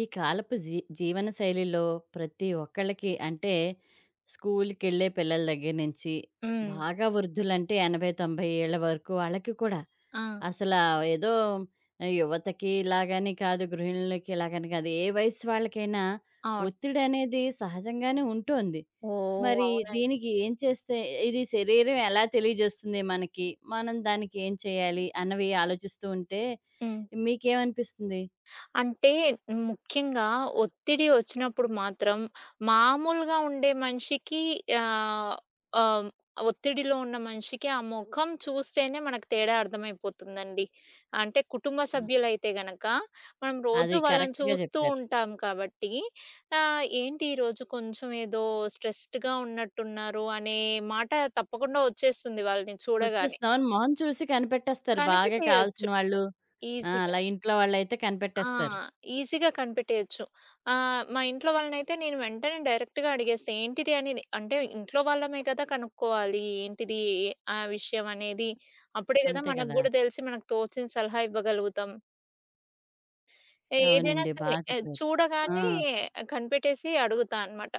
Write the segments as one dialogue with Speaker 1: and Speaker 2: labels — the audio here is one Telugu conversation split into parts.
Speaker 1: ఈ కాలపు జీవన శైలిలో ప్రతి ఒక్కళ్ళకి అంటే స్కూల్‌కి వెళ్ళే పిల్లల దగ్గర నుంచి
Speaker 2: హ్మ్.
Speaker 1: బాగా వృద్ధులంటే 80, 90 ఏళ్ల వరకు వాళ్ళకి కూడా
Speaker 2: ఆ!
Speaker 1: అసల ఏదో యువతకి ఇలాగని కాదు, గృహిణులకి ఇలాగని కాదు. ఏ వయసు వాళ్ళకైనా
Speaker 2: అవును.
Speaker 1: ఒత్తిడి అనేది సహజంగానే ఉంటోంది.
Speaker 2: ఓహ్!
Speaker 1: మరి
Speaker 2: అవునండి.
Speaker 1: దీనికి ఏం చేస్తే ఇది శరీరం ఎలా తెలియజేస్తుంది మనకి? మనం దానికి ఏం చేయాలి? అన్నవి ఆలోచిస్తూ ఉంటే
Speaker 2: హ్మ్.
Speaker 1: మీకేమనిపిస్తుంది?
Speaker 2: అంటే ముఖ్యంగా ఒత్తిడి ఒచ్చినప్పుడు మాత్రం మామూలుగా ఉండే మనిషికి ఆహ్, ఆహ్, ఒత్తిడిలో ఉన్న మనిషికి ఆ మొఖం చూస్తేనే మనకు తేడా అర్థమైపోతుందండి. అంటే కుటుంబ సభ్యులైతే గనక మనం రోజు
Speaker 1: అది
Speaker 2: వాళ్ళని
Speaker 1: కరెక్ట్‌గా
Speaker 2: చూస్తూ
Speaker 1: జెప్పారు.
Speaker 2: ఉంటాం కాబట్టి ఏంటి ఈరోజు కొంచెం ఏదో స్ట్రెస్డ్‌గా ఉన్నట్టున్నారు అనే మాట తప్పకుండా ఒచ్చేస్తుంది వాళ్ళని చూడగానే.
Speaker 1: వచ్చేస్తామని మొహం చూసి కనిపెట్టేస్తారు బాగా
Speaker 2: కనిపెట్టేయొచ్చు
Speaker 1: కావాల్సిన వాళ్ళు. ఆ!
Speaker 2: ఈజీగా.
Speaker 1: అలా ఇంట్లో వాళ్ళైతే
Speaker 2: ఆ!
Speaker 1: కనిపెట్టేస్తారు.
Speaker 2: ఈజీగా కనిపెట్టేయొచ్చు. మా ఇంట్లో వాళ్ళనైతే నేను వెంటనే డైరెక్ట్‌గా అడిగేస్తా ఏంటిది అనేది. అంటే ఇంట్లో వాళ్ళమే కదా కనుక్కోవాలి ఏంటిది ఆ విషయం అనేది. అప్పుడే కదా
Speaker 1: అంతే
Speaker 2: మనకు
Speaker 1: కదా!
Speaker 2: గూడా తెలిసి మనకు తోచిన సలహా ఇవ్వగలుగుతాం. ఏదైనా
Speaker 1: అవునండి. బా
Speaker 2: సరే
Speaker 1: చెప్పారు. ఆ!
Speaker 2: చూడగానే కనిపెట్టేసి అడుగుతా అనమాట.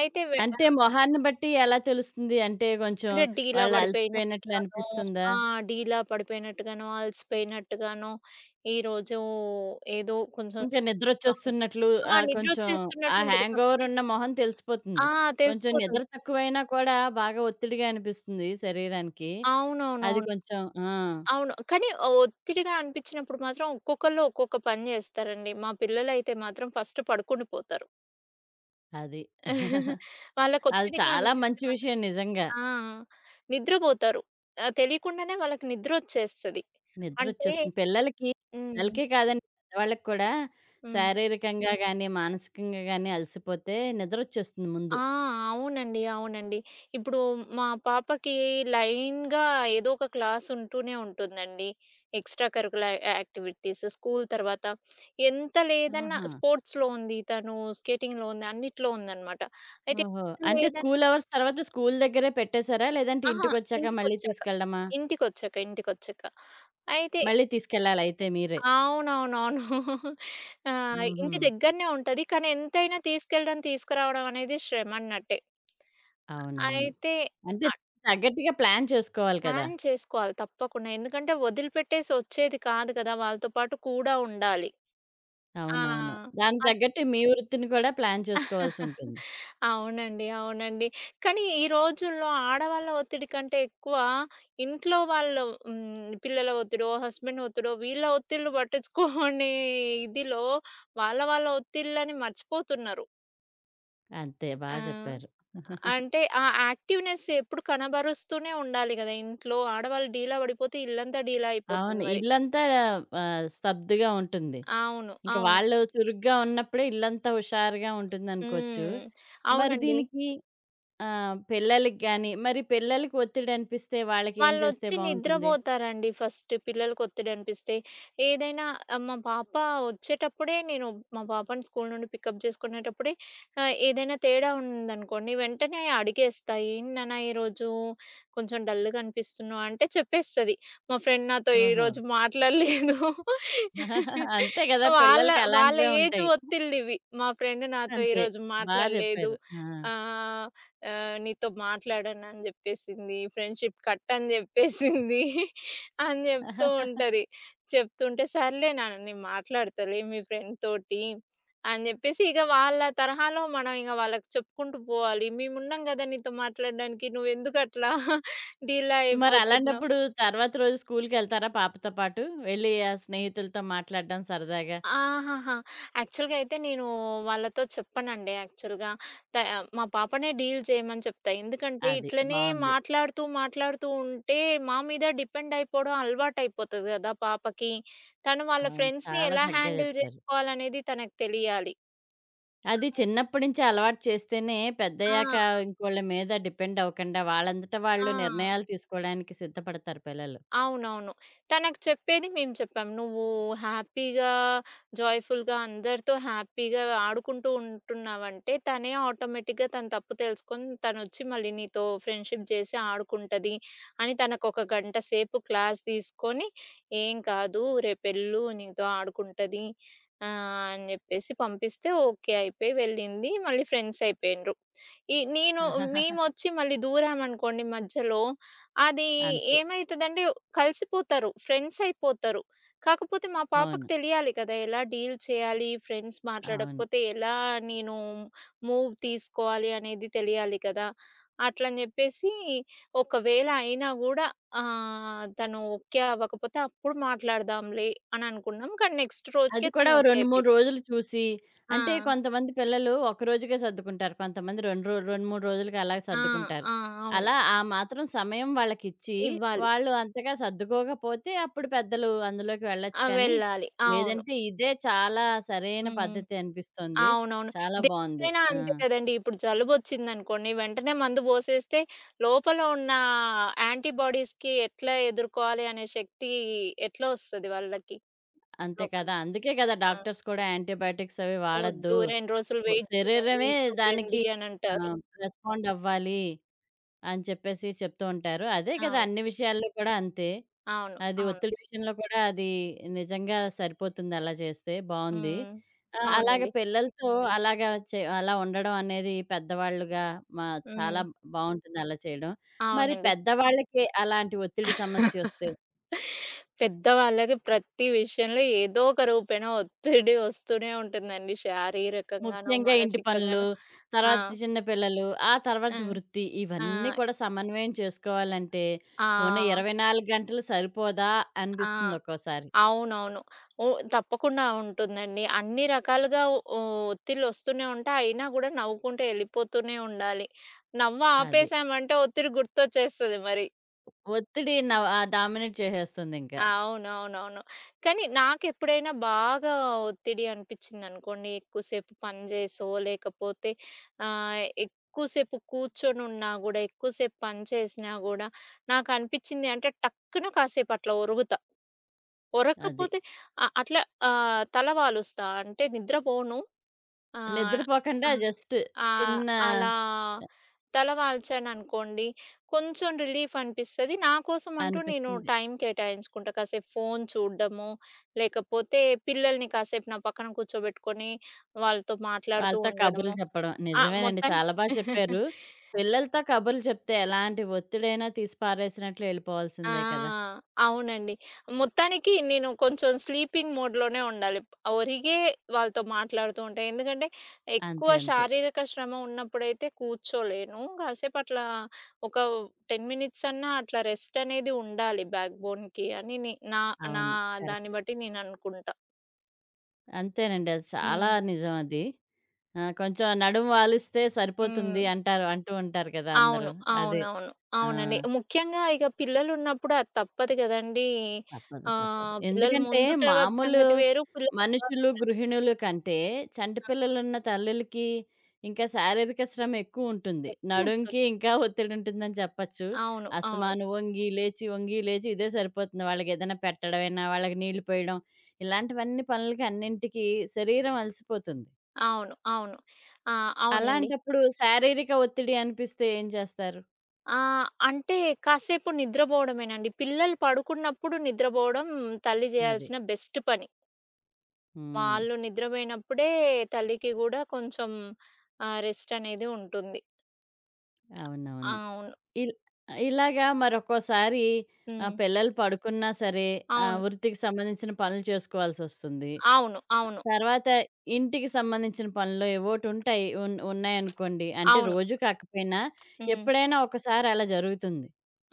Speaker 2: అయితే
Speaker 1: అంటే మొహాన్ని బట్టి ఎలా తెలుస్తుంది? అంటే కొంచెం
Speaker 2: అంటే డీలా
Speaker 1: వాళ్ళు అలసిపోయినట్లు
Speaker 2: పడిపోయినట్టుగానో.
Speaker 1: అనిపిస్తుందా?
Speaker 2: ఆ! డీలా పడిపోయినట్టుగానో, అలసిపోయినట్టుగానో ఈరోజు ఏదో కొంచెం.
Speaker 1: ఇంకా నిద్రొచ్చేస్తున్నట్లు
Speaker 2: ఆ!
Speaker 1: కొంచెం ఆ
Speaker 2: నిద్రొచ్చేస్తున్నట్టు ఉంటది
Speaker 1: హ్యాంగోవర్
Speaker 2: ఫస్ట్.
Speaker 1: ఉన్న మొహం తెలిసిపోతుంది.
Speaker 2: ఆ!
Speaker 1: కొంచెం నిద్ర
Speaker 2: తెలిసిపోతుంది.
Speaker 1: తక్కువైనా కూడా బాగా ఒత్తిడిగా అనిపిస్తుంది శరీరానికి. అది
Speaker 2: అవునవునవును.
Speaker 1: కొంచెం ఆ!
Speaker 2: అవును. కానీ ఒత్తిడిగా అనిపించినప్పుడు మాత్రం ఒక్కొక్కళ్ళు ఒక్కొక్క పని చేస్తారండి. మా పిల్లలైతే మాత్రం ఫస్ట్ పడుకుండిపోతారు.
Speaker 1: అది.
Speaker 2: వాళ్ళకి
Speaker 1: అది
Speaker 2: ఒత్తిడిగా
Speaker 1: చాలా
Speaker 2: అనిపిస్తే
Speaker 1: మంచి
Speaker 2: మాత్రం
Speaker 1: విషయం నిజంగా.
Speaker 2: ఆ నిద్రపోతారు. తెలియకుండానే వాళ్ళకి నిద్రొచ్చేస్తది. అంటే
Speaker 1: నిద్రొచ్చేస్తుంది. పిల్లలకి
Speaker 2: హ్మ్.
Speaker 1: పిల్లలకే కాదండి పెద్దవాళ్ళకి కూడా
Speaker 2: హ్మ్.
Speaker 1: శారీరకంగా గాని, మానసికంగా గాని అలసిపోతే నిద్రొచ్చేస్తుంది ముందు.
Speaker 2: ఆ! అవునండి. అవునండి. ఇప్పుడు మా పాపకి లైన్‌గా ఏదో ఒక క్లాస్ ఉంటూనే ఉంటుందండి. ఎక్స్‌ట్రా కరిక్యులర్ యాక్టివిటీస్ స్కూల్ తర్వాత ఎంత లేదన్నా
Speaker 1: ఆహా!
Speaker 2: స్పోర్ట్స్‌లో ఉంది తను, స్కేటింగ్‌లో ఉంది, అన్నిట్లో ఉందనమాట. అయితే
Speaker 1: ఓహో!
Speaker 2: ఎంత
Speaker 1: అంటే
Speaker 2: లేదన్నా
Speaker 1: స్కూల్ అవర్స్ తర్వాత స్కూల్ దగ్గరే పెట్టేసారా? లేదంటే
Speaker 2: అహా,
Speaker 1: ఇంటికొచ్చాక మళ్ళీ
Speaker 2: ఇంటికొచ్చాక.
Speaker 1: తీసుకెళ్ళడమా?
Speaker 2: ఇంటికొచ్చాక, అయితే
Speaker 1: మళ్ళీ తీసుకెళ్ళాలయితే మీరే.
Speaker 2: అవునవునవును. ఆ!
Speaker 1: హుహు.
Speaker 2: ఇంటి దగ్గరనే ఉంటది. కానీ ఎంతైనా తీసుకెళ్ళడం, తీసుకురావడం అనేది శ్రమన్నట్టే.
Speaker 1: అవునవును.
Speaker 2: అయితే
Speaker 1: అంటే తగ్గట్టుగా ప్లాన్ చేసుకోవాలి కదా!
Speaker 2: ప్లాన్ చేసుకోవాలి తప్పకుండా. ఎందుకంటే వదిలిపెట్టేసి వచ్చేది కాదు కదా! వాళ్ళతో పాటు కూడా ఉండాలి. ఆ!
Speaker 1: అవునవును. దానికి
Speaker 2: అట్
Speaker 1: తగ్గట్టు మీ వృత్తిని కూడా ప్లాన్ చేసుకోవాల్సుంటుంది.
Speaker 2: అవునండి. అవునండి. కానీ ఈ రోజుల్లో ఆడవాళ్ళ ఒత్తిడి కంటే ఎక్కువ ఇంట్లో వాళ్ళు, హ్మ్, పిల్లల ఒత్తిడో, హస్బెండ్ ఒత్తిడో వీళ్ళ ఒత్తిళ్ళు పట్టించుకోని ఇదిలో వాళ్ళ వాళ్ళ ఒత్తిళ్ళని మర్చిపోతున్నారు.
Speaker 1: అంతే బా
Speaker 2: ఆ!
Speaker 1: చెప్పారు.
Speaker 2: అంటే ఆ యాక్టివ్‌నెస్ ఎప్పుడు కనబరుస్తూనే ఉండాలి గదా! ఇంట్లో ఆడవాళ్ళు డీలా పడిపోతే ఇల్లంతా డీలా
Speaker 1: అవును.
Speaker 2: అయిపోతుంది మరి.
Speaker 1: ఇల్లంతా స్తబ్దుగా ఉంటుంది.
Speaker 2: అవును.
Speaker 1: ఇంక
Speaker 2: అవును.
Speaker 1: వాళ్ళు చురుగ్గా ఉన్నప్పుడే ఇల్లంతా హుషారుగా ఉంటుందనుకోవచ్చు.
Speaker 2: హ్మ్.
Speaker 1: మరి
Speaker 2: అవునండి.
Speaker 1: దీనికి పిల్లలకి గాని, మరి పిల్లలకి ఒత్తిడి అనిపిస్తే వాళ్ళకేం చేస్తే
Speaker 2: వాళ్ళొచ్చి
Speaker 1: బావుంటుంది?
Speaker 2: నిద్రబోతారండి ఫస్ట్ పిల్లలకొత్తిడి అనిపిస్తే. ఏదైనా మా పాప వచ్చేటప్పుడే నేను మా పాపని స్కూల్ నుండి పికప్ చేసుకునేటప్పుడే ఏదైనా తేడా ఉందనుకోండి వెంటనే అడిగేస్తా. "ఏంటి నాన్న ఈరోజు కొంచెం డల్‌గా అనిపిస్తున్నావు" అంటే చెప్పేస్తది. "మా ఫ్రెండ్ నాతో
Speaker 1: ఓహో!
Speaker 2: ఈరోజు మాట్లాడలేదు."
Speaker 1: అంతే కదా!
Speaker 2: వాళ్ళ
Speaker 1: పిల్లలకి
Speaker 2: వాళ్ళ
Speaker 1: అలాంటివే
Speaker 2: ఏజ్
Speaker 1: ఉంటాయి.
Speaker 2: ఒత్తిళ్ళివి. "మా ఫ్రెండ్ నాతో
Speaker 1: అంతే.
Speaker 2: ఈరోజు
Speaker 1: బా
Speaker 2: మాట్లాడలేదు."
Speaker 1: జెప్పారు. ఆ!
Speaker 2: ఆహ్ ఆహ్, నీతో మాట్లాడనని జెప్పేసింది. ఫ్రెండ్‌షిప్ కట్ అని జెప్పేసింది అని జెప్తూ ఉంటది. చెప్తుంటే, సర్లే నాన్న నేను మాట్లాడతాలే మీ ఫ్రెండ్ తోటి అని జెప్పేసి ఇగ వాళ్ళ తరహాలో మనం ఇగ వాళ్ళకి చెప్పుకుంటూ పోవాలి. మేమున్నాం గదా! నీతో మాట్లాడడానికి నువ్వెందుకట్లా డీలా
Speaker 1: మరి
Speaker 2: అయిపోతున్నావు?
Speaker 1: అలాంటప్పుడు తర్వాత రోజు స్కూలుకెళ్తారా పాపతో పాటు? వెళ్లి ఆ స్నేహితులతో మాట్లాడడం సరదాగా.
Speaker 2: ఆహాహా! యాక్చువల్‌గా అయితే నేను వాళ్ళతో చెప్పనండి యాక్చువల్‌గా. త మా పాపనే డీల్ చేయమని చెప్తా. ఎందుకంటే
Speaker 1: అది.
Speaker 2: ఇట్లనే
Speaker 1: బావుంది.
Speaker 2: మాట్లాడుతూ, మాట్లాడుతూ ఉంటే మా మీద డిపెండ్ అయిపోవడం అలవాటయిపోతది గదా పాపకి. తను వాళ్ళ
Speaker 1: అవును.
Speaker 2: ఫ్రెండ్స్‌ని
Speaker 1: చాలా
Speaker 2: ఎలా
Speaker 1: చక్కగా
Speaker 2: హ్యాండిల్
Speaker 1: జెప్పారు.
Speaker 2: జేసుకోవాలనేది తనకు తెలియాలి.
Speaker 1: అది చిన్నప్పటి నుంచి అలవాటు చేస్తేనే
Speaker 2: ఆ!
Speaker 1: పెద్దయ్యాక ఇంకోళ్ళ మీద డిపెండ్ అవ్వకుండా వాళ్ళంతట
Speaker 2: ఆ!
Speaker 1: వాళ్ళు నిర్ణయాలు తీసుకోవడానికి సిద్ధపడతారు పిల్లలు.
Speaker 2: అవునవును. తనకు చెప్పేది మేము చెప్పాం. "నువ్వు హ్యాపీగా, జాయ్‌ఫుల్‌గా అందరితో హ్యాపీగా ఆడుకుంటూ ఉంటున్నావంటే, తనే ఆటోమేటిక్‌గా తన తప్పు తెలుసుకొని, తనొచ్చి మళ్ళీ నీతో ఫ్రెండ్‌షిప్ జేసి ఆడుకుంటది" అని తనకొక గంట సేపు క్లాస్ తీసుకొని, "ఏం కాదు రేపెళ్ళు నీతో ఆడుకుంటది" అని జెప్పేసి పంపిస్తే ఓకే అయిపోయి వెళ్ళింది. మళ్ళీ ఫ్రెండ్స్ అయిపోయిండ్రు. నేను మేమొచ్చి మళ్ళీ దూరామనుకోండి మధ్యలో, అది
Speaker 1: అంతే.
Speaker 2: ఏమైతదంటే కలిసిపోతారు. ఫ్రెండ్స్ అయిపోతారు. కాకపోతే మా పాపకు
Speaker 1: అవును.
Speaker 2: తెలియాలి కదా! ఎలా డీల్ చేయాలి, ఫ్రెండ్స్
Speaker 1: అవును.
Speaker 2: మాట్లాడకపోతే ఎలా నేను మూవ్ తీసుకోవాలి అనేది తెలియాలి కదా! అట్లని జెప్పేసి ఒకవేళ అయినా గూడా తను ఓకే అవ్వకపోతే అప్పుడు మాట్లాడదాంలే అని అనుకున్నాం. కానీ నెక్స్ట్
Speaker 1: అది
Speaker 2: రోజుకే
Speaker 1: కూడా
Speaker 2: తను
Speaker 1: ఓ
Speaker 2: ఓకే
Speaker 1: 2, 3
Speaker 2: అయిపోయింది.
Speaker 1: రోజులు చూసి
Speaker 2: ఆ!
Speaker 1: అంటే కొంతమంది పిల్లలు ఒకరోజుకే సర్దుకుంటారు. కొంతమంది 2, 3 రోజులకి అలా
Speaker 2: ఆ!
Speaker 1: సర్దుకుంటారు.
Speaker 2: ఆ! అవును.
Speaker 1: అలా ఆ మాత్రం సమయం వాళ్ళకిచ్చి,
Speaker 2: ఇవ్వాలి.
Speaker 1: వాళ్ళు అంతగా సర్దుకోకపోతే అప్పుడు పెద్దలు అందులోకి వెళ్ళొచ్చు
Speaker 2: ఆ!
Speaker 1: కానీ,
Speaker 2: వెళ్ళాలి. అవును.
Speaker 1: లేదంటే ఇదే చాలా సరైన
Speaker 2: హ్మ్.
Speaker 1: పద్ధతి అనిపిస్తోంది.
Speaker 2: అవునవును.
Speaker 1: చాలా బావుంది.
Speaker 2: దేనికైనా
Speaker 1: ఆ!
Speaker 2: అంతే కదండీ. ఇప్పుడు జలుబొచ్చిందనుకోండి, వెంటనే మందు పోసేస్తే లోపల ఉన్న యాంటీబాడీస్‌కి ఎట్లా ఎదుర్కోవాలి అనే శక్తి ఎట్లా వస్తది వాళ్ళకి
Speaker 1: అంతే
Speaker 2: లోపల?
Speaker 1: కదా! అందుకే కదా
Speaker 2: ఆ!
Speaker 1: డాక్టర్స్ కూడా యాంటీబయాటిక్స్ అవి వాడొద్దు.
Speaker 2: వద్దు, 2 రోజులు వెయిట్ చేయండి,
Speaker 1: శరీరమే దానికి
Speaker 2: చూడండి అనంటారు.
Speaker 1: రెస్పాండ్ అవ్వాలి అని చెప్పేసి చెప్తూ ఉంటారు. అదే కదా
Speaker 2: అవును.
Speaker 1: అన్ని విషయాల్లో కూడా అంతే.
Speaker 2: అవును.
Speaker 1: అది
Speaker 2: అవును.
Speaker 1: ఒత్తిడి విషయంలో కూడా అది నిజంగా సరిపోతుంది అలా చేస్తే. బావుంది.
Speaker 2: హ్మ్.
Speaker 1: అలాగే
Speaker 2: అవునండి.
Speaker 1: పిల్లలతో అలా ఉండడం అనేది పెద్దవాళ్ళుగా మా చాలా
Speaker 2: హ్మ్.
Speaker 1: బావుంటుంది అలా చేయడం. మరి
Speaker 2: అవునండి.
Speaker 1: పెద్దవాళ్ళకి అలాంటి ఒత్తిడి సమస్యొస్తే?
Speaker 2: పెద్దవాళ్ళకి ప్రతి విషయంలో ఏదో ఒక రూపేణ ఒత్తిడి వస్తూనే ఉంటుందండి. శారీరకంగానో,
Speaker 1: ముఖ్యంగా ఇంటి పనులు,
Speaker 2: మానసికంగానో. ఆ!
Speaker 1: తర్వాత చిన్న పిల్లలు, ఆ తర్వాత
Speaker 2: ఆ!
Speaker 1: వృత్తి ఇవన్నీ
Speaker 2: ఆ!
Speaker 1: కూడా సమన్వయం చేసుకోవాలంటే ఉన్న
Speaker 2: ఆ!
Speaker 1: 24 గంటలు సరిపోదా
Speaker 2: ఆ!
Speaker 1: అనిపిస్తుంది ఒక్కోసారి.
Speaker 2: అవునవును. ఉ తప్పకుండా ఉంటుందండి. అన్ని రకాలుగా ఒత్తిళ్ళొస్తూనే ఉంటాయి. అయినా గూడా నవ్వుకుంటూ ఎళ్ళిపోతూనే ఉండాలి. నవ్వు
Speaker 1: అది.
Speaker 2: ఆపేసామంటే ఒత్తిడి గుర్తొచ్చేస్తది మరి.
Speaker 1: ఒత్తిడి డామినేట్ చేసేస్తుందింకా.
Speaker 2: అవునవునవును. కానీ నాకెప్పుడైనా బాగా ఒత్తిడి అనిపిచ్చిందనుకోండి, ఎక్కువసేపు పని చేసో, లేకపోతే ఎక్కువసేపు కూర్చొనున్నా గూడా, ఎక్కువసేపు పని చేసినా గూడా నాకనిపిచ్చింది అంటే టక్కున కాసేపు అట్లా ఒరుగుతా.
Speaker 1: అది.
Speaker 2: ఒరక్కపోతే అట్లా తల వాలుస్తా. అంటే నిద్రపోను. ఆహ్
Speaker 1: నిద్రపోకుండా
Speaker 2: ఆ!
Speaker 1: జస్ట్
Speaker 2: ఆ!
Speaker 1: చిన్న
Speaker 2: అలా తలవాల్చాననుకోండి, కొంచెం రిలీఫ్ అనిపిస్తది. నా కోసం అంటూ నేను
Speaker 1: అనిపిస్తుంది.
Speaker 2: టైం కేటాయించుకుంటా. కాసేపు ఫోను చూడడము, లేకపోతే పిల్లల్ని కాసేపు నా పక్కన కూర్చోబెట్టుకొని వాళ్ళతో మాట్లాడుతూ
Speaker 1: వాళ్ళతో కబుర్లు
Speaker 2: ఉండడము.
Speaker 1: చెప్పడం.
Speaker 2: ఆ!
Speaker 1: నిజమేనండి. చాలా బా చెప్పారు. పిల్లలతో కబుర్లు చెప్తే ఎలాంటి ఒత్తిడైనా తీసి పారేసినట్లు
Speaker 2: ఆ!
Speaker 1: ఎళ్ళిపోవాల్సిందే కదా!
Speaker 2: అవునండి. మొత్తానికి నేను కొంచెం స్లీపింగ్ మోడ్‌లోనే ఉండాలి. ఒరిగే వాళ్ళతో మాట్లాడుతూ ఉంటా. ఎందుకంటే, ఎక్కువ
Speaker 1: అంతే. అంతే.
Speaker 2: శారీరక శ్రమ ఉన్నప్పుడైతే కూర్చోలేను. కాసేపు అట్లా ఒక 10 మినిట్స్ అన్నా అట్లా రెస్ట్ అనేది ఉండాలి బ్యాక్ బోన్‌కి అని నే నా నా
Speaker 1: అవును.
Speaker 2: దాన్ని
Speaker 1: కరెక్ట్.
Speaker 2: బట్టి నేననుకుంటా.
Speaker 1: అంతేనండి. అది చాలా
Speaker 2: హ్మ్.
Speaker 1: నిజం అది. ఆ! కొంచెం నడుము వాలిస్తే
Speaker 2: హ్మ్.
Speaker 1: సరిపోతుంది అంటారు. అంటూ ఉంటారు కదా! అందరూ.
Speaker 2: అవును.
Speaker 1: అదే.
Speaker 2: అవునవును.
Speaker 1: ఆ!
Speaker 2: అవునండి. ముఖ్యంగా ఇక పిల్లలున్నప్పుడు అది తప్పదు గదండీ!
Speaker 1: తప్పదు. తప్పదు.
Speaker 2: పిల్లలు
Speaker 1: ఎందుకంటే
Speaker 2: ముందు తర్వాత
Speaker 1: మామూలు
Speaker 2: సంగతి వేరు. పిల్లలు తర్వాత
Speaker 1: మనుషులు, గృహిణులు కంటే చంటి పిల్లలున్న తల్లులకి ఇంకా శారీరక శ్రమ ఎక్కువుంటుంది.
Speaker 2: ఎక్కువుంటది.
Speaker 1: నడుంకి ఇంకా ఒత్తిడుంటుందని చెప్పచ్చు.
Speaker 2: అవును. అవును.
Speaker 1: అస్తమాను వంగి, లేచి, వంగి, లేచి ఇదే సరిపోతుంది. వాళ్ళకేదైనా పెట్టడమైనా, వాళ్ళకి నీళ్లు పోయడం ఇలాంటివన్నీ పనులకి అన్నింటికి శరీరం అలసిపోతుంది.
Speaker 2: అవును. అవును. ఆ! అవునండి.
Speaker 1: అలాంటప్పుడు శారీరక ఒత్తిడి అనిపిస్తే ఏం చేస్తారు?
Speaker 2: ఆ! అంటే కాసేపు నిద్రబోవడమేనండి. పిల్లలు పడుకున్నప్పుడు నిద్రబోవడం తల్లి
Speaker 1: అది.
Speaker 2: జేయాల్సిన బెస్ట్ పని.
Speaker 1: హ్మ్.
Speaker 2: వాళ్ళు నిద్రబోయినప్పుడే తల్లికి గూడా కొంచెం రెస్ట్ అనేది ఉంటుంది.
Speaker 1: అవునవును.
Speaker 2: అవును.
Speaker 1: ఇల్ ఇలాగా మరొక్కోసారి
Speaker 2: హ్మ్.
Speaker 1: పిల్లలు పడుకున్నా సరే
Speaker 2: అవును.
Speaker 1: వృత్తికి సంబంధించిన పనులు చేసుకోవాల్సొస్తుంది.
Speaker 2: అవును. అవును. అవును.
Speaker 1: తర్వాత ఇంటికి సంబంధించిన పనులు ఏవోటుంటాయి. ఉన్నాయనుకోండి. అంటే
Speaker 2: అవును.
Speaker 1: రోజు కాకపోయినా
Speaker 2: హ్మ్.
Speaker 1: ఎప్పుడైనా ఒకసారి అలా జరుగుతుంది.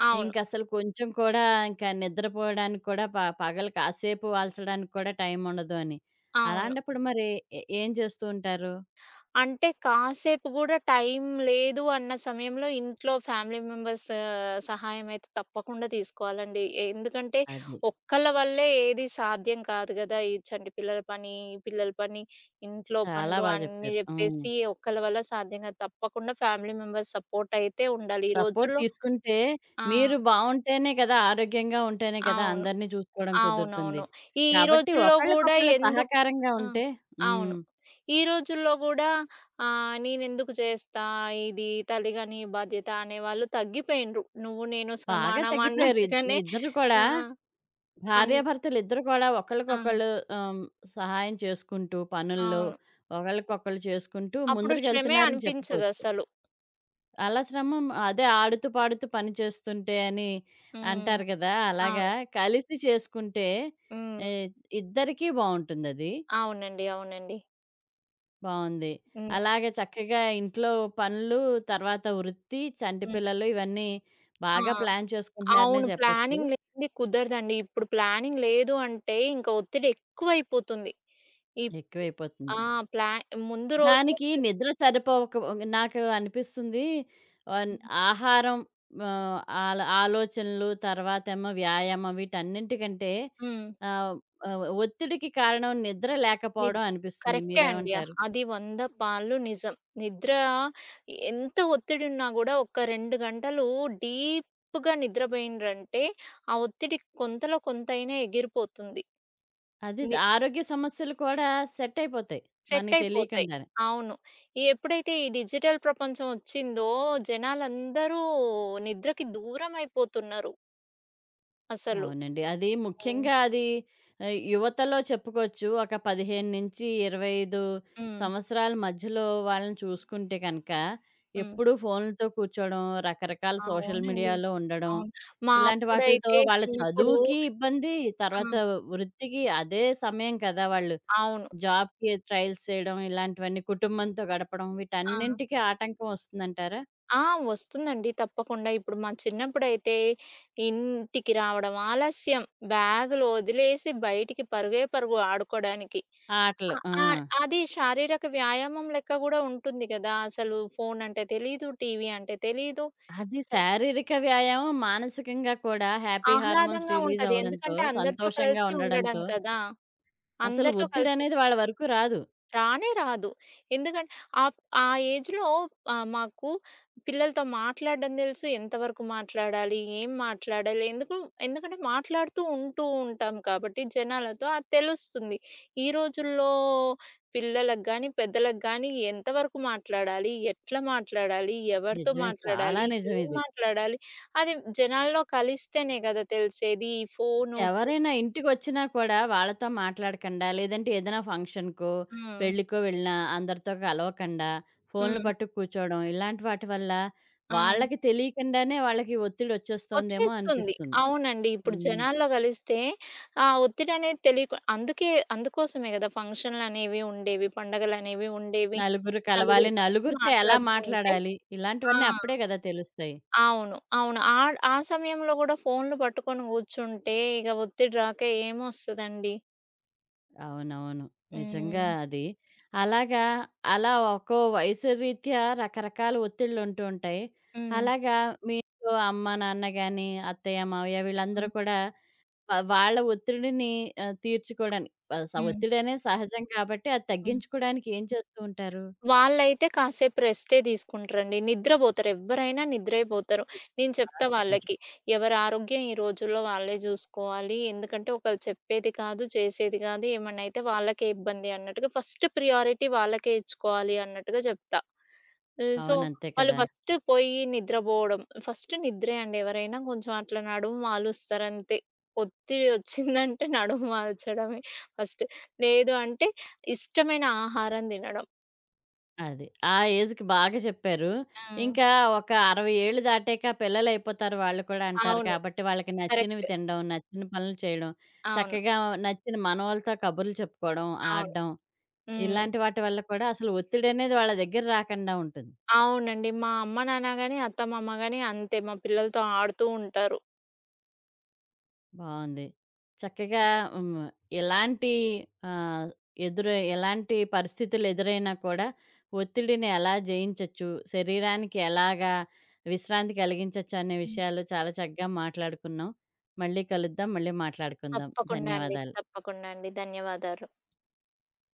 Speaker 2: అవును.
Speaker 1: ఇంకసలు కొంచెం కూడా ఇంకా నిద్రపోవడానికి కూడా పగలు కాసేపు వాల్చడానికి కూడా టైం ఉండదు అని.
Speaker 2: అవును.
Speaker 1: అలాంటప్పుడు మరి ఏం చేస్తూ ఉంటారు?
Speaker 2: అంటే కాసేపు గూడా టైం లేదు అన్న సమయంలో ఇంట్లో ఫ్యామిలీ మెంబర్స్ సహాయం అయితే తప్పకుండా తీసుకోవాలండి. ఎందుకంటే
Speaker 1: అది.
Speaker 2: ఒక్కళ్ళ వల్లే ఏది సాధ్యం కాదు గదా! ఈ చంటి పిల్లల పని, ఈ పిల్లల పని, ఇంట్లో
Speaker 1: చాలా
Speaker 2: పనులు
Speaker 1: బా
Speaker 2: అన్నీ
Speaker 1: జెప్పారు. హ్మ్.
Speaker 2: జెప్పేసి ఒక్కళ్ళ వల్ల సాధ్యం గాదు. తప్పకుండా ఫ్యామిలీ మెంబర్స్ సపోర్ట్ అయితే ఉండాలి. ఈ
Speaker 1: సపోర్ట్
Speaker 2: రోజుల్లో
Speaker 1: తీసుకుంటే
Speaker 2: ఆ!
Speaker 1: మీరు బావుంటేనే కదా! ఆరోగ్యంగా ఉంటేనే కదా!
Speaker 2: అవును.
Speaker 1: అందరిని చూసుకోవడం కుదురుతుంది.
Speaker 2: అవునవును. ఈ ఈ
Speaker 1: కాబట్టి
Speaker 2: రోజుల్లో గూడా
Speaker 1: ఒకళ్ళకొకళ్ళు
Speaker 2: ఎందుకు
Speaker 1: సహకారంగా
Speaker 2: ఆ!
Speaker 1: ఉంటే
Speaker 2: అవును.
Speaker 1: హ్మ్.
Speaker 2: ఈ రోజుల్లో గూడా నేనెందుకు చేస్తా ఇది తల్లిగా నీ బాధ్యత అనేవాళ్ళు తగ్గిపోయిండ్రు. నువ్వు నేను
Speaker 1: బాగా
Speaker 2: సమానం
Speaker 1: తగ్గిపోయారు.
Speaker 2: అన్నట్టుగానే
Speaker 1: ఇద్దరు కూడా
Speaker 2: ఆ! అన్
Speaker 1: భార్యాభర్తలిద్దరు కూడా
Speaker 2: ఆ!
Speaker 1: ఒకళ్ళకొకళ్ళు ఆహ్, సహాయం చేసుకుంటూ పనుల్లో
Speaker 2: అవును.
Speaker 1: ఒకళ్ళకొకళ్ళు చేసుకుంటూ
Speaker 2: అప్పుడు శ్రమే
Speaker 1: ముందరికెళ్తున్నారని చెప్పుకోవచ్చు.
Speaker 2: అనిపించదసలు.
Speaker 1: అలా శ్రమం అదే ఆడుతూ పాడుతూ పని చేస్తుంటే అని
Speaker 2: హ్మ్.
Speaker 1: అంటారు కదా! అలాగా
Speaker 2: అవును.
Speaker 1: కలిసి చేసుకుంటే
Speaker 2: హ్మ్.
Speaker 1: ఎ ఇద్దరికీ బావుంటుందది.
Speaker 2: అవునండి. అవునండి.
Speaker 1: బావుంది.
Speaker 2: హ్మ్.
Speaker 1: అలాగే చక్కగా ఇంట్లో పనులు, తర్వాత వృత్తి, చంటి
Speaker 2: హ్మ్.
Speaker 1: పిల్లలు ఇవన్నీ
Speaker 2: ఆ!
Speaker 1: బాగా ప్లాన్ చేసుకుంటున్నారనే
Speaker 2: అవును.
Speaker 1: చెప్పొచ్చు.
Speaker 2: ప్లానింగ్ లేనిది కుదరదండి. ఇప్పుడు ప్లానింగ్ లేదు అంటే ఇంకా ఒత్తిడి ఎక్కువైపోతుంది. ఇప్ ఆ!
Speaker 1: ఎక్కువైపోతుంది.
Speaker 2: ప్లా ముందు రోజు
Speaker 1: దానికి నిద్ర సరిపోక నాకు అనిపిస్తుంది. ఆన్ ఆహారం ఆహ్, ఆలోచనలు తర్వాతేమో వ్యాయామం వీటన్నింటికంటే
Speaker 2: హ్మ్.
Speaker 1: ఆహ్, ఒత్తిడికి కారణం నిద్ర లేకపోవడం
Speaker 2: నిద్
Speaker 1: అనిపిస్తుంది.
Speaker 2: కరెక్టే అండి.
Speaker 1: మీరేమంటారు?
Speaker 2: అది 100 పాళ్ళు నిజం. నిద్ర ఎంత ఒత్తిడున్నా గూడా ఒక 2 గంటలు డీప్‌గా నిద్రబోయిండ్రంటే, ఆ ఒత్తిడి కొంతలో కొంతైనా ఎగిరిపోతుంది.
Speaker 1: అది
Speaker 2: ని
Speaker 1: ఆరోగ్య సమస్యలు కూడా సెట్ అయిపోతాయి
Speaker 2: సెట్
Speaker 1: మనకి
Speaker 2: అయిపోతాయి.
Speaker 1: తెలియకుండానే.
Speaker 2: అవును. ఎప్పుడైతే ఈ డిజిటల్ ప్రపంచం ఒచ్చిందో జనాలందరూ నిద్రకి దూరమైపోతున్నారు అసలు.
Speaker 1: అవునండి. అది
Speaker 2: హ్మ్.
Speaker 1: ముఖ్యంగా అది యువతలో చెప్పుకోవచ్చు. ఒక 15-25
Speaker 2: హ్మ్.
Speaker 1: సంవత్సరాల మధ్యలో వాళ్ళని చూసుకుంటే కనుక,
Speaker 2: హ్మ్.
Speaker 1: ఎప్పుడూ ఫోన్‌లతో కూర్చోవడం, రకరకాల సోషల్
Speaker 2: అవునండి.
Speaker 1: మీడియాలో ఉండడం,
Speaker 2: అవును. మా
Speaker 1: ఇలాంటి వాటిలతో
Speaker 2: అప్పుడైతే
Speaker 1: వాళ్ళ
Speaker 2: చిన్నప్పుడు
Speaker 1: చదువుకి ఇబ్బంది,
Speaker 2: ఆ!
Speaker 1: తర్వాత వృత్తికి అదే సమయం కదా! వాళ్ళు
Speaker 2: అవును.
Speaker 1: జాబ్‌కి ట్రయల్స్ చేయడం, ఇలాంటివన్నీ కుటుంబంతో గడపడం
Speaker 2: ఆ!
Speaker 1: వీటన్నింటికి ఆటంకం వస్తుందంటారా?
Speaker 2: ఆ! వస్తుందండి తప్పకుండా. ఇప్పుడు మా చిన్నప్పుడైతే ఇంటికి రావడం ఆలస్యం. బ్యాగులు వదిలేసి బయటికి పరుగే పరుగు ఆడుకోడానికి.
Speaker 1: ఆ ఆటలు.
Speaker 2: అ
Speaker 1: ఆ!
Speaker 2: ఆ అది శారీరక వ్యాయామం లెక్క గూడా ఉంటుంది గదా! అసలు ఫోను అంటే తెలీదు, టీవీ అంటే తెలీదు.
Speaker 1: అది శారీరక వ్యాయామం. మానసికంగా కూడా హ్యాపీ హార్మోన్స్
Speaker 2: ఆహ్లాదంగా
Speaker 1: రిలీజ్
Speaker 2: ఉంటది.
Speaker 1: అవ్వడంతో,
Speaker 2: ఎందుకంటే అందరితో
Speaker 1: సంతోషంగా
Speaker 2: కలిసి ఉండడం
Speaker 1: ఉండడంతో
Speaker 2: కదా!
Speaker 1: అసలు
Speaker 2: అందరితో కలిసి
Speaker 1: ఒత్తిడనేది వాళ్ళ వరకు రాదు.
Speaker 2: రానే రాదు. ఎందుకంటే ఆప్ ఆ ఏజ్‌లో మాకు పిల్లలతో మాట్లాడడం తెలుసు. ఎంతవరకు మాట్లాడాలి? ఏం మాట్లాడాలి? ఎందుకు ఎందుకంటే మాట్లాడుతూ ఉంటూ ఉంటాం కాబట్టి జనాలతో అది తెలుస్తుంది. ఈ రోజుల్లో పిల్లలకు గాని, పెద్దలకు గాని ఎంతవరకు మాట్లాడాలి? ఎట్లా మాట్లాడాలి? ఎవరితో
Speaker 1: నిజమే. చాలా
Speaker 2: మాట్లాడాలి?
Speaker 1: నిజం
Speaker 2: ఏం
Speaker 1: ఇది.
Speaker 2: మాట్లాడాలి? అది జనాల్లో కలిస్తేనే కదా తెలిసేది. ఈ ఫోను, టీవీ.
Speaker 1: ఎవరైనా ఇంటికొచ్చినా కూడా వాళ్ళతో మాట్లాడకండా, లేదంటే ఏదైనా ఫంక్షన్‌కో,
Speaker 2: హ్మ్.
Speaker 1: పెళ్ళికో వెళ్ళినా అందరితో కలవకండా, ఫోన్‌లు
Speaker 2: హ్మ్.
Speaker 1: పట్టు కూర్చోవడం, ఇలాంటి వాటి వల్ల
Speaker 2: ఆ!
Speaker 1: వాళ్ళకి తెలియకుండానే వాళ్ళకి ఒత్తిడొచ్చేస్తోందేమో
Speaker 2: వచ్చేస్తుంది.
Speaker 1: అనిపిస్తుంది.
Speaker 2: అవునండి. ఇప్పుడు
Speaker 1: హ్మ్.
Speaker 2: జనాల్లో కలిస్తే ఆ ఒత్తిడనేది తెలియకు అందుకే అందుకోసమే గదా! ఫంక్షన్‌లనేవి ఉండేవి. పండగలనేవి ఉండేవి.
Speaker 1: నలుగురు కలవాలి,
Speaker 2: నలుగురు కలిసి
Speaker 1: నలుగురితో ఎలా
Speaker 2: మాట్లాడుకుంటే
Speaker 1: మాట్లాడాలి,
Speaker 2: ఆ!
Speaker 1: ఇలాంటివన్నీ అప్పుడే కదా తెలుస్తాయి.
Speaker 2: అవును. అవును. ఆ ఆ సమయంలో గూడా ఫోన్‌లు పట్టుకొని గూర్చుంటే ఇగ ఒత్తిడి రాక ఏమొస్తదండి?
Speaker 1: అవునవును. నిజంగా
Speaker 2: హ్మ్.
Speaker 1: అది. అలాగా అలా ఒక్కో వయసు రీత్యా రకరకాల ఒత్తిళ్ళుంటూ ఉంటాయి.
Speaker 2: హ్మ్.
Speaker 1: అలాగా మీ ఇంట్లో అమ్మ, నాన్న గాని, అత్తయ్య, మావయ్య వీళ్ళందరూ
Speaker 2: హ్మ్.
Speaker 1: కూడా వాళ్ళ ఒత్తిడిని తీర్చుకోడానికి
Speaker 2: హ్మ్.
Speaker 1: ఒత్తిడనేది సహజం కాబట్టి అది
Speaker 2: హ్మ్.
Speaker 1: తగ్గించుకోడానికి ఏం చేస్తూ ఉంటారు?
Speaker 2: వాళ్ళైతే కాసేపు రెస్టే తీసుకుంటారండి. నిద్రబోతారు. ఎవ్వరైనా నిద్రే పోతారు. నేను
Speaker 1: బా
Speaker 2: చెప్తా
Speaker 1: చెప్పారు.
Speaker 2: వాళ్ళకి. ఎవరి ఆరోగ్యం ఈ రోజుల్లో వాళ్ళే జూసుకోవాలి. ఎందుకంటే ఒకళ్ళు చెప్పేది కాదు, చేసేది కాదు. ఏమన్నా అయితే వాళ్ళకే ఇబ్బంది అన్నట్టుగా ఫస్ట్ ప్రియారిటీ వాళ్ళకే ఇచ్చుకోవాలి అన్నట్టుగా జెప్తా. హ్మ్. సో,
Speaker 1: అవును. అంతే
Speaker 2: వాళ్ళు
Speaker 1: కదా!
Speaker 2: ఫస్ట్ పోయి నిద్రబోవడం. ఫస్ట్ నిద్రే అండి. ఎవరైనా కొంచెం అట్లా నడుము వాలుస్తారంతే. ఒత్తిడి ఒచ్చిందంటే నడుము వాల్చడమే ఫస్ట్. లేదు అంటే ఇష్టమైన ఆహారం తినడం.
Speaker 1: అది. ఆ ఏజ్‌కి బాగా చెప్పారు.
Speaker 2: హ్మ్.
Speaker 1: ఇంకా ఒక 60 ఏళ్ళు దాటాక పిల్లలయిపోతారు వాళ్ళు కూడా అంటారు
Speaker 2: అవును.
Speaker 1: కాబట్టి, వాళ్ళకి నచ్చినవి
Speaker 2: కరెక్ట్.
Speaker 1: తినడం, నచ్చిన పనులు చేయడం,
Speaker 2: అవును.
Speaker 1: చక్కగా నచ్చిన మనవళ్ళతో కబుర్లు చెప్పుకోవడం,
Speaker 2: అవును.
Speaker 1: ఆడడం,
Speaker 2: హ్మ్.
Speaker 1: ఇలాంటి వాటి వల్ల కూడా అసలు ఒత్తిడనేది వాళ్ళ దగ్గర రాకుండా ఉంటుంది.
Speaker 2: అవునండి. మా అమ్మ, నాన్న గాని, అత్తమామ గాని అంతే మా పిల్లలతో ఆడుతూ ఉంటారు.
Speaker 1: బావుంది. చక్కగా హ్మ్. ఎలాంటి ఆహ్, ఎలాంటి పరిస్థితులు ఎదురైనా కూడా ఒత్తిడిని ఎలా జయించొచ్చు, శరీరానికి ఎలాగా విశ్రాంతి కలిగించొచ్చు అనే
Speaker 2: హ్మ్.
Speaker 1: విషయాలు చాలా చక్కగా మాట్లాడుకున్నాం. మళ్ళీ కలుద్దాం. మళ్ళీ మాట్లాడుకుందాం.
Speaker 2: తప్పకుండా అండి.
Speaker 1: ధన్యవాదాలు.
Speaker 2: తప్పకుండా అండి. ధన్యవాదాలు.